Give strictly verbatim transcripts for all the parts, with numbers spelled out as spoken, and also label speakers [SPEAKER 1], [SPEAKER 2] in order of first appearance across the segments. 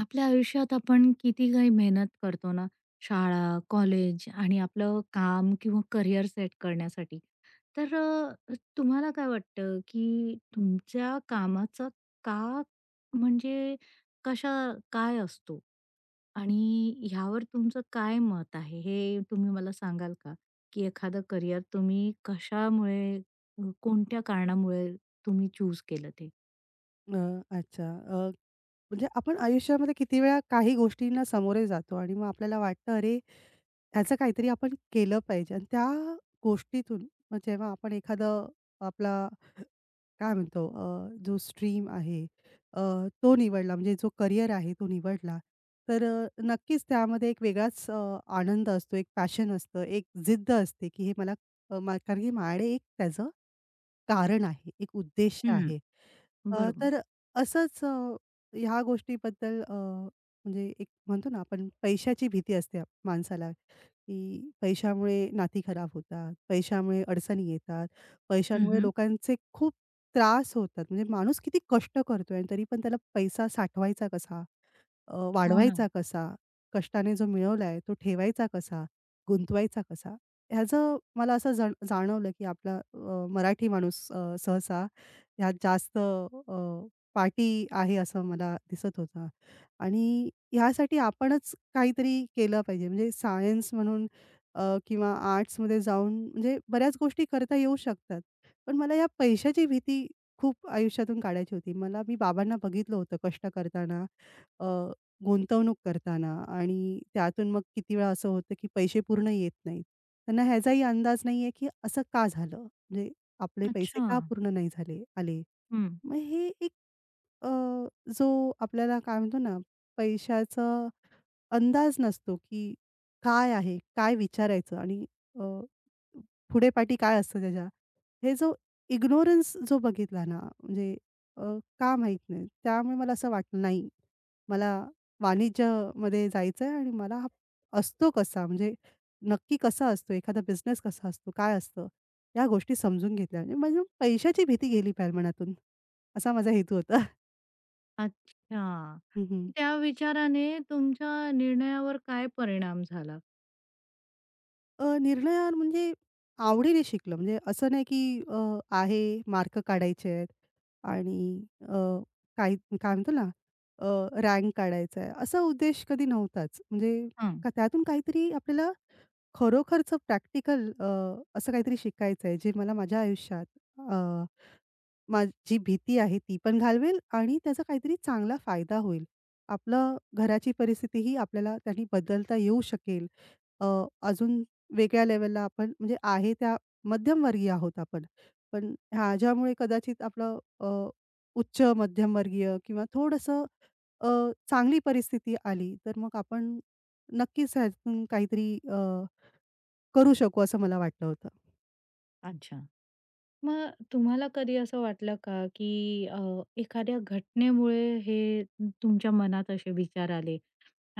[SPEAKER 1] आपल्या आयुष्यात आपण किती काही मेहनत करतो ना, शाळा, कॉलेज आणि आपलं काम किंवा करियर सेट करण्यासाठी. तर अ, तुम्हाला काय वाटतं, की तुमच्या कामाचा का म्हणजे कशा काय असतो? आणि ह्यावर तुमचं काय मत आहे? हे तुम्ही मला सांगाल का? की एखादं करियर तुम्ही कशामुळे, अ, कोणत्या कारणामुळे तुम्ही चूज केलं ते?
[SPEAKER 2] अ, अच्छा. अ, म्हणजे आपण आयुष्यामध्ये किती वेळा काही गोष्टींना सामोरे जातो आणि मग आपल्याला वाटतं, "अरे, ह्याचं काहीतरी आपण केलं पाहिजे." आणि त्या गोष्टीतून मग जेव्हा आपण एखादं आपला काय म्हणतो अ, जो स्ट्रीम आहे, अ, तो निवडला, म्हणजे जो करियर आहे तो निवडला, तर अ, नक्कीच त्यामध्ये एक वेगळाच अ, आनंद असतो, एक पॅशन असतं, एक जिद्द असते, की हे मला अ, मा- कारण की माझ्याकडे एक त्याचं कारण आहे, एक उद्देश
[SPEAKER 1] हं.
[SPEAKER 2] आहे. अ,
[SPEAKER 1] बरोबर.
[SPEAKER 2] तर असंच, अ, ह्या गोष्टीबद्दल अ, म्हणजे एक म्हणतो ना, आपण पैशाची भीती असते आप- माणसाला, की पैशामुळे नाती खराब होतात, पैशामुळे अडचणी येतात, पैशांमुळे
[SPEAKER 1] हं,
[SPEAKER 2] लोकांचे खूप त्रास होतात. म्हणजे माणूस किती कष्ट करतोय आणि तरी पण त्याला पैसा साठवायचा कसा? अ,
[SPEAKER 1] हो ना.
[SPEAKER 2] वाढवायचा कसा? कष्टाने जो मिळवलाय तो ठेवायचा कसा? गुंतवायचा कसा? ह्याचं मला असं जण जाणवलं, की आपला अ, मराठी माणूस अ, सहसा ह्यात जास्त अ, पाठी आहे असं मला दिसत होतं. आणि ह्यासाठी आपणच काहीतरी केलं पाहिजे. म्हणजे सायन्स म्हणून, अ, किंवा आर्ट्समध्ये जाऊन म्हणजे बऱ्याच गोष्टी करता येऊ शकतात. पण मला या पैशाची भीती खूप आयुष्यातून काढायची होती. मला मी बाबांना बघितलं होतं कष्ट करताना. गुंतवणूक करताना आणि त्यातून मग किती वेळा असं होतं, की पैसे पूर्ण येत नाहीत. त्यांना ह्याचाही अंदाज नाहीये, की असं का झालं? म्हणजे आपले पैसे
[SPEAKER 1] अच्छा.
[SPEAKER 2] का पूर्ण नाही झाले आले?
[SPEAKER 1] हं.
[SPEAKER 2] मग हे एक अ, जो आपल्याला काय म्हणतो ना, पैशाचा अंदाज नसतो, की काय आहे? काय विचारायचं? आणि अ, पुढेपाठी काय असतं त्याच्या? हे जो इग्नोरन्स जो बघितला ना, म्हणजे, अ, का माहीत नाही. त्यामुळे मला असं वाटलं, नाही, मला वाणिज्यमध्ये जायचं आहे आणि मला हा असतो कसा? म्हणजे नक्की कसा असतो? एखादा बिझनेस कसा असतो? काय असतं? या गोष्टी समजून घेतल्या. म्हणजे म्हणजे पैशाची भीती गेली पाहिजे मनातून, असा माझा हेतू होता.
[SPEAKER 1] अच्छा.
[SPEAKER 2] हं, हं.
[SPEAKER 1] त्या विचाराने तुमच्या निर्णयावर काय परिणाम झाला?
[SPEAKER 2] अ, निर्णयावर म्हणजे आवडीने शिकलं. म्हणजे असं नाही की अ, आहे मार्क काढायचे आहेत आणि अ, काही काय म्हणतो ना, अ, रँक काढायचा आहे, असा उद्देश कधी नव्हताच. म्हणजे
[SPEAKER 1] हं.
[SPEAKER 2] का त्यातून काहीतरी आपल्याला खरोखरचं प्रॅक्टिकल, अ, असं काहीतरी शिकायचं आहे, जे मला माझ्या आयुष्यात, अ, माझी भीती आहे ती पण घालवेल आणि त्याचा काहीतरी चांगला फायदा होईल. आपलं घराची परिस्थितीही आपल्याला त्यांनी बदलता येऊ शकेल. अ, अजून वेगळ्या लेव्हलला आपण म्हणजे आहे त्या मध्यमवर्गीय आहोत आपण. पण ह्याच्यामुळे कदाचित आपलं अ, उच्च मध्यमवर्गीय किंवा थोडंसं, अ, चांगली परिस्थिती आली, तर मग आपण नक्कीच ह्यातून काहीतरी अ, करू शकू असं मला वाटलं होतं.
[SPEAKER 1] अच्छा. मग तुम्हाला कधी असं वाटलं का, की अ, एखाद्या घटनेमुळे हे तुमच्या मनात असे विचार आले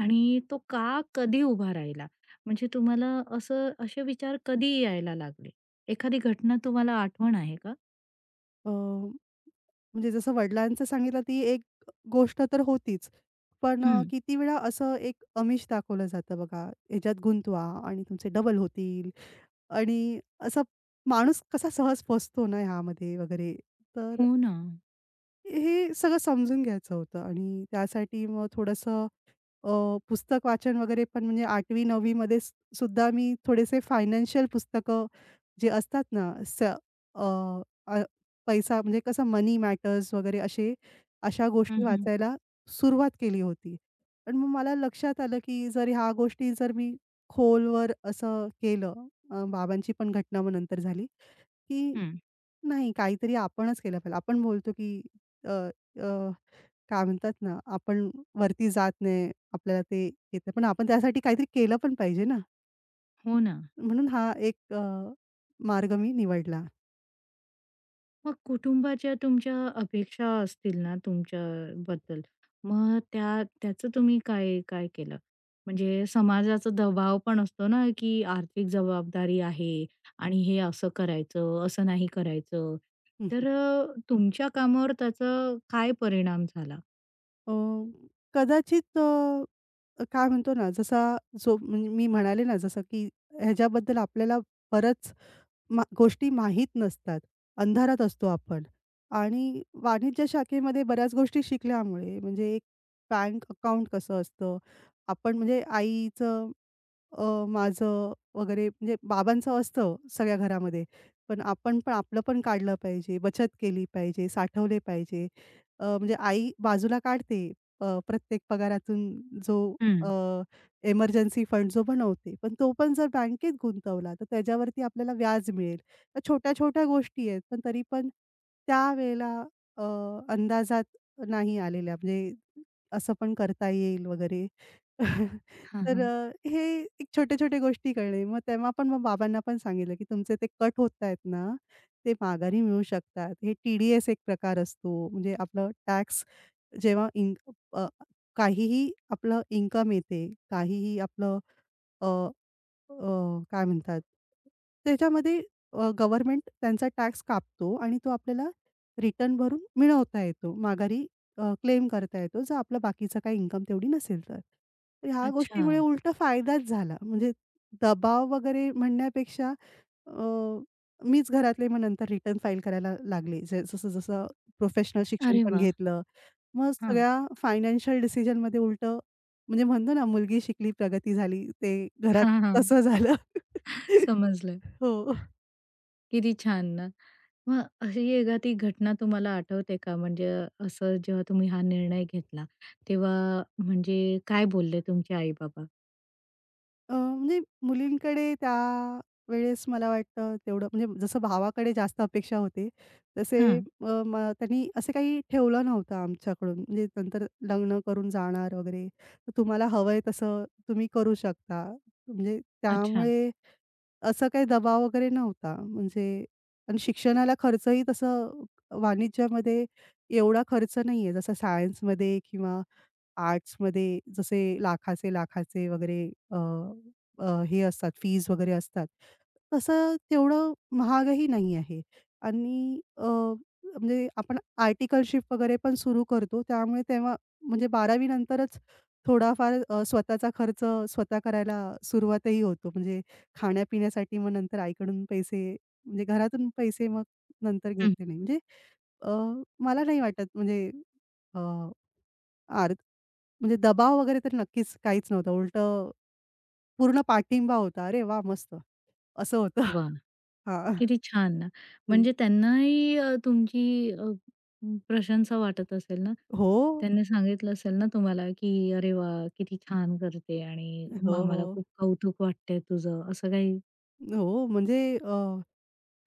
[SPEAKER 1] आणि तो का, कधी उभा राहिला? म्हणजे तुम्हाला असं असे विचार कधी यायला लागले? एखादी घटना तुम्हाला आठवण आहे का?
[SPEAKER 2] म्हणजे जसं वडिलांचं सांगितलं ती एक गोष्ट तर होतीच. पण अ,
[SPEAKER 1] हं.
[SPEAKER 2] किती वेळा असं एक आमिष दाखवलं जातं बघा, ह्याच्यात गुंतवा आणि तुमचे डबल होतील, आणि असा माणूस कसा सहज फसतो ना ह्यामध्ये वगैरे. तर
[SPEAKER 1] हो ना.
[SPEAKER 2] हे सगळं समजून घ्यायचं होतं आणि त्यासाठी मग थोडंसं, अ, पुस्तक वाचन वगैरे पण, म्हणजे आठवी नववी मध्ये सुद्धा मी थोडेसे फायनान्शियल पुस्तकं जे असतात ना, स अ, अ, पैसा म्हणजे कसं, मनी मॅटर्स वगैरे असे, अशा
[SPEAKER 1] हं,
[SPEAKER 2] गोष्टी
[SPEAKER 1] हं.
[SPEAKER 2] वाचायला सुरुवात केली होती. पण मग मला लक्षात आलं, की जर ह्या गोष्टी जर मी खोलवर असं केलं, अ, बाबांची पण घटना मग नंतर झाली, की
[SPEAKER 1] हं.
[SPEAKER 2] नाही, काहीतरी आपणच केलं पाहिजे. आपण बोलतो, की अ, अ, काय म्हणतात ना, आपण वरती जात नाही, आपल्याला ते येतं. पण आपण त्यासाठी काहीतरी केलं पण पाहिजे ना.
[SPEAKER 1] हो ना.
[SPEAKER 2] म्हणून हा एक अ, मार्ग मी निवडला.
[SPEAKER 1] मग कुटुंबाच्या तुमच्या अपेक्षा असतील ना तुमच्याबद्दल, मग त्या त्याचं तुम्ही काय काय केलं? म्हणजे समाजाचा दबाव पण असतो ना, की आर्थिक जबाबदारी आहे आणि हे असं करायचं, असं नाही करायचं. तर अ, तुमच्या कामावर त्याचा काय परिणाम झाला?
[SPEAKER 2] अ, कदाचित, अ, काय म्हणतो ना, जसा जो म्हणजे मी म्हणाले ना, जसं की ह्याच्याबद्दल आपल्याला बरंच मा गोष्टी माहीत नसतात. अंधारात असतो आपण, आणि वाणिज्य शाखेमध्ये बऱ्याच गोष्टी शिकल्यामुळे म्हणजे एक बँक अकाउंट कसं असतं, आपण म्हणजे आईचं, अ, माझं वगैरे म्हणजे बाबांचं असतं सगळ्या घरामध्ये. पण आपण पण आपलं पण काढलं पाहिजे, बचत केली पाहिजे, साठवले पाहिजे. अ, म्हणजे आई बाजूला काढते, अ, प्रत्येक पगारातून जो अ,
[SPEAKER 1] हं.
[SPEAKER 2] एमर्जन्सी फंड जो बनवते. पण तो पण जर बँकेत गुंतवला, तर त्याच्यावरती आपल्याला व्याज मिळेल. तर छोट्या-छोट्या गोष्टी आहेत, पण तरी पण त्यावेळेला, अ, अंदाजात नाही आलेल्या, म्हणजे असं पण करता येईल वगैरे.
[SPEAKER 1] हां,
[SPEAKER 2] तर
[SPEAKER 1] हां.
[SPEAKER 2] अ, हे एक छोट्या-छोट्या गोष्टी कळले. मग तेव्हा पण मग बाबांना पण सांगितलं, की तुमचे ते कट होत आहेत ना, ते माघारी मिळू शकतात. हे टी-डी-एस एक प्रकार असतो. म्हणजे आपलं टॅक्स जेव्हा इन्क अ, काहीही आपलं इन्कम येते, काहीही आपलं, अ, काय म्हणतात, त्याच्यामध्ये अ, गव्हर्नमेंट त्यांचा टॅक्स कापतो आणि तो आपल्याला रिटर्न भरून मिळवता येतो. माघारी अ, क्लेम करता येतो, जर आपला बाकीचा काही इन्कम तेवढी नसेल तर. तर ह्या
[SPEAKER 1] अच्छा.
[SPEAKER 2] गोष्टीमुळे उलटा फायदाच झाला. म्हणजे दबाव वगैरे म्हणण्यापेक्षा, अ, मीच घरातले मग नंतर रिटर्न फाईल करायला लागले. ज जसं-जसं प्रोफेशनल शिक्षण
[SPEAKER 1] अरे
[SPEAKER 2] पण
[SPEAKER 1] वाह!
[SPEAKER 2] घेतलं. मग
[SPEAKER 1] हां.
[SPEAKER 2] सगळ्या फायनान्शियल डिसिजनमध्ये उलटं म्हणजे म्हणतो ना, मुलगी शिकली, प्रगती झाली, ते घरात
[SPEAKER 1] हां, हां.
[SPEAKER 2] तसं झालं.
[SPEAKER 1] समजलं.
[SPEAKER 2] हो.
[SPEAKER 1] किती छान ना. मग अशी एखादी घटना तुम्हाला आठवते का? म्हणजे असं जेव्हा तुम्ही हा निर्णय घेतला, तेव्हा म्हणजे काय बोलले तुमचे आई-बाबा?
[SPEAKER 2] अ, म्हणजे मुलींकडे त्यावेळेस मला वाटतं तेवढं म्हणजे जसं भावाकडे जास्त अपेक्षा होते, तसे
[SPEAKER 1] हां.
[SPEAKER 2] अ, म त्यांनी असं काही ठेवलं नव्हतं आमच्याकडून. म्हणजे नंतर लग्न करून जाणार वगैरे, तर तुम्हाला हवंय तसं तुम्ही करू शकता. म्हणजे
[SPEAKER 1] अच्छा.
[SPEAKER 2] त्यामुळे असं काही दबाव वगैरे नव्हता. म्हणजे, आणि शिक्षणाला खर्चही तसं वाणिज्यामध्ये एवढा खर्च नाहीये, जसा सायन्समध्ये किंवा आर्ट्समध्ये जसे लाखाचे, लाखाचे वगैरे अ, अ, हे असतात फीज वगैरे असतात. तसं तेवढं महागही नाही आहे आणि अ, म्हणजे आपण आर्टिकलशिप वगैरे पण सुरू करतो. त्यामुळे तेव्हा म्हणजे बारावी नंतरच थोडाफार अ, स्वतःचा खर्च स्वतः करायला सुरुवातही होतो. म्हणजे खाण्यापिण्यासाठी मग नंतर आईकडून पैसे म्हणजे घरातून पैसे मग नंतर
[SPEAKER 1] हं.
[SPEAKER 2] घेतले नाही. म्हणजे, अ, मला नाही वाटत म्हणजे आर म्हणजे दबाव वगैरे तर नक्कीच काहीच नव्हतं. उलटं पूर्ण पाठिंबा होता. "अरे वा मस्त." असं होतं.
[SPEAKER 1] वाह!
[SPEAKER 2] हां.
[SPEAKER 1] किती छान ना.
[SPEAKER 2] हं.
[SPEAKER 1] म्हणजे त्यांनाही अ, तुमची अ, प्रशंसा वाटत असेल ना?
[SPEAKER 2] हो.
[SPEAKER 1] त्यांनी सांगितलं असेल ना तुम्हाला, की "अरे वाह! किती छान करते आणि
[SPEAKER 2] हो,
[SPEAKER 1] आम्हाला
[SPEAKER 2] हो.
[SPEAKER 1] खूप कौतुक वाटतंय तुझं." असं काही?
[SPEAKER 2] हो, म्हणजे, अ,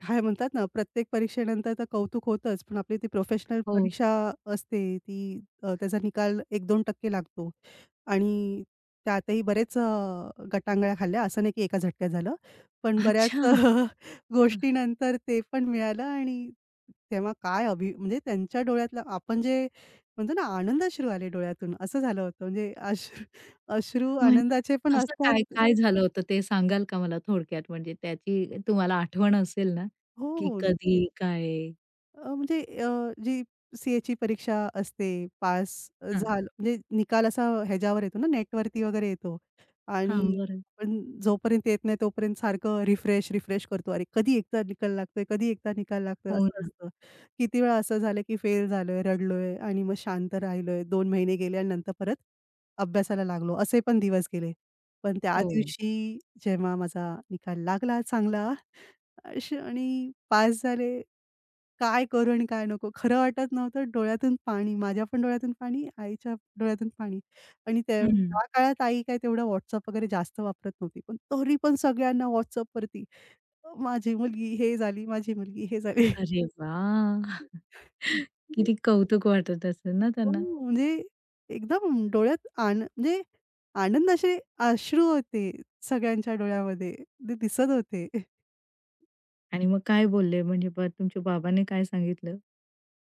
[SPEAKER 2] काय म्हणतात ना, प्रत्येक परीक्षेनंतर तर कौतुक होतंच. पण आपली ती प्रोफेशनल
[SPEAKER 1] हो.
[SPEAKER 2] परीक्षा असते ती, अ, त्याचा निकाल एक-दोन टक्के लागतो. आणि त्यातही बरेच अ, गटांगळ्या खाल्ल्या. असं नाही की एका झटक्यात झालं. पण बऱ्याच
[SPEAKER 1] अच्छा.
[SPEAKER 2] गोष्टीनंतर ते पण मिळालं, आणि तेव्हा काय अभि म्हणजे त्यांच्या डोळ्यातलं आपण जे म्हणतो ना, आनंद अश्रू आले डोळ्यातून असं झालं होतं. म्हणजे अश्रू अश्रू
[SPEAKER 1] म्हण
[SPEAKER 2] आनंदाचे पण
[SPEAKER 1] कसं काय,
[SPEAKER 2] असतात.
[SPEAKER 1] काय झालं होतं ते सांगाल का मला थोडक्यात? म्हणजे त्याची तुम्हाला आठवण असेल ना,
[SPEAKER 2] हो,
[SPEAKER 1] की
[SPEAKER 2] हो.
[SPEAKER 1] कधी, काय?
[SPEAKER 2] अ, म्हणजे, अ, जी सी परीक्षा असते, पास
[SPEAKER 1] हां.
[SPEAKER 2] झालं म्हणजे निकाल असा ह्याच्यावर येतो ना, नेटवरती वगैरे येतो, आणि
[SPEAKER 1] हां, बरं.
[SPEAKER 2] आपण जोपर्यंत येत नाही तोपर्यंत सारखं रिफ्रेश, रिफ्रेश करतो. अरे, कधी एकदा निकाल लागतोय, कधी एकदा निकाल लागतोय,
[SPEAKER 1] हो
[SPEAKER 2] असं
[SPEAKER 1] ना.
[SPEAKER 2] असतं. किती वेळा असं झालं, की फेल झालोय, रडलोय आणि मग शांत राहिलोय. दोन महिने गेले आणि नंतर परत अभ्यासाला लागलो. असे पण दिवस गेले. पण त्या
[SPEAKER 1] हो.
[SPEAKER 2] दिवशी जेव्हा माझा निकाल लागला चांगला, अश आणि पास झाले, काय करू आणि काय नको? खरं वाटत नव्हतं. डोळ्यातून पाणी. माझ्या पण डोळ्यातून पाणी, आईच्या डोळ्यातून पाणी. आणि त्या
[SPEAKER 1] हं.
[SPEAKER 2] त्या काळात आई काय तेवढा WhatsApp वगैरे जास्त वापरत नव्हती. पण तरी पण सगळ्यांना WhatsAppवरती, माझी मुलगी हे झाली, माझी मुलगी हे झाली.
[SPEAKER 1] अरे वाह!
[SPEAKER 2] म्हणजे
[SPEAKER 1] किती कौतुक वाटत असेल ना
[SPEAKER 2] हो,
[SPEAKER 1] त्यांना?
[SPEAKER 2] म्हणजे एकदम डोळ्यात आन म्हणजे आनंद, असे अश्रू होते सगळ्यांच्या डोळ्यामध्ये. ते दिसत होते.
[SPEAKER 1] आणि मग काय बोलले म्हणजे ब तुमच्या बाबांनी काय सांगितलं?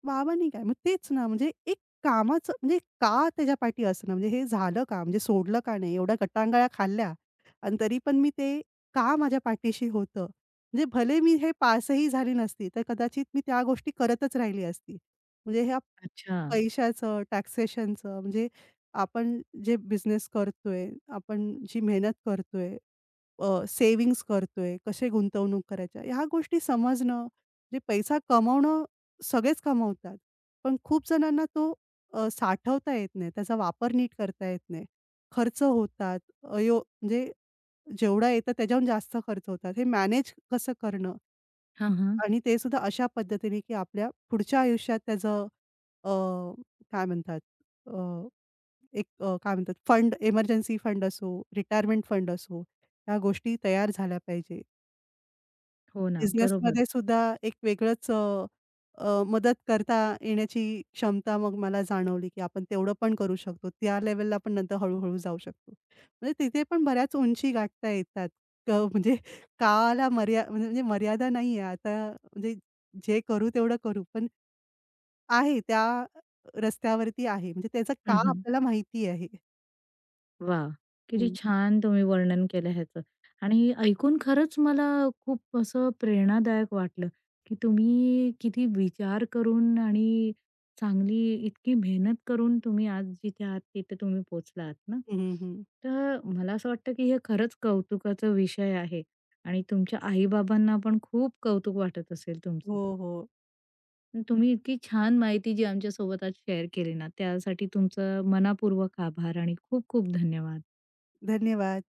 [SPEAKER 2] बाबांनी काय, मग तेच ना, म्हणजे एक कामाचं म्हणजे का त्याच्या पाठी असणं? म्हणजे हे झालं का? म्हणजे सोडलं का नाही? एवढ्या गटांगळ्या खाल्ल्या आणि तरी पण मी ते का माझ्या पाठीशी होतं? म्हणजे भले मी हे पासही झाली नसती, तर कदाचित मी त्या गोष्टी करतच राहिली असती. म्हणजे ह्या
[SPEAKER 1] अच्छा.
[SPEAKER 2] पैशाचं, टॅक्सेशनचं म्हणजे आपण जे बिझनेस करतोय, आपण जी मेहनत करतोय, अ, सेव्हिंग्ज करतोय, कसे गुंतवणूक करायच्या, ह्या गोष्टी समजणं, म्हणजे पैसा कमवणं सगळेच कमवतात. पण खूप जणांना तो अ, साठवता येत नाही, त्याचा वापर नीट करता येत नाही. खर्च होतात, अयो म्हणजे जेवढा येतं त्याच्याहून जास्त खर्च होतात. हे मॅनेज कसं करणं,
[SPEAKER 1] हां, हां.
[SPEAKER 2] आणि ते सुद्धा अशा पद्धतीने, की आपल्या पुढच्या आयुष्यात त्याचं, अ, काय म्हणतात, अ, एक, अ, काय म्हणतात, फंड, इमर्जन्सी फंड असो, रिटायरमेंट फंड असो, ह्या गोष्टी तयार झाल्या पाहिजे.
[SPEAKER 1] हो ना. बरोबर.
[SPEAKER 2] बिझनेसमध्ये सुद्धा एक वेगळंच अ, अ, मदत करता येण्याची क्षमता मग मला जाणवली, की आपण तेवढं पण करू शकतो. त्या लेव्हलला आपण नंतर हळू-हळू जाऊ शकतो. म्हणजे तिथे पण बऱ्याच उंची गाठता येतात. क म्हणजे काळाला मर्या म्हणजे म्हणजे मर्यादा नाहीये आता म्हणजे जे करू तेवढं करू. पण आहे त्या रस्त्यावरती आहे. म्हणजे त्याचं का
[SPEAKER 1] हं, हं.
[SPEAKER 2] आपल्याला माहिती आहे.
[SPEAKER 1] वा, किती
[SPEAKER 2] हं.
[SPEAKER 1] छान तुम्ही वर्णन केलं ह्याचं आणि ऐकून खरंच मला खूप असं प्रेरणादायक वाटलं, की तुम्ही किती विचार करून आणि चांगली इतकी मेहनत करून तुम्ही आज जिथे आहात तिथे तुम्ही पोचला आहात ना.
[SPEAKER 2] हं, हं, हं.
[SPEAKER 1] तर मला असं वाटतं, की हे खरंच कौतुकाचा विषय आहे आणि तुमच्या आई पण खूप कौतुक वाटत असेल
[SPEAKER 2] हो,
[SPEAKER 1] तुमचं.
[SPEAKER 2] हो.
[SPEAKER 1] आणि तुम्ही इतकी छान माहिती जी आमच्यासोबत आज शेअर केली ना, त्यासाठी तुमचं मनापूर्वक आभार आणि खूप खूप धन्यवाद.
[SPEAKER 2] धन्यवाद.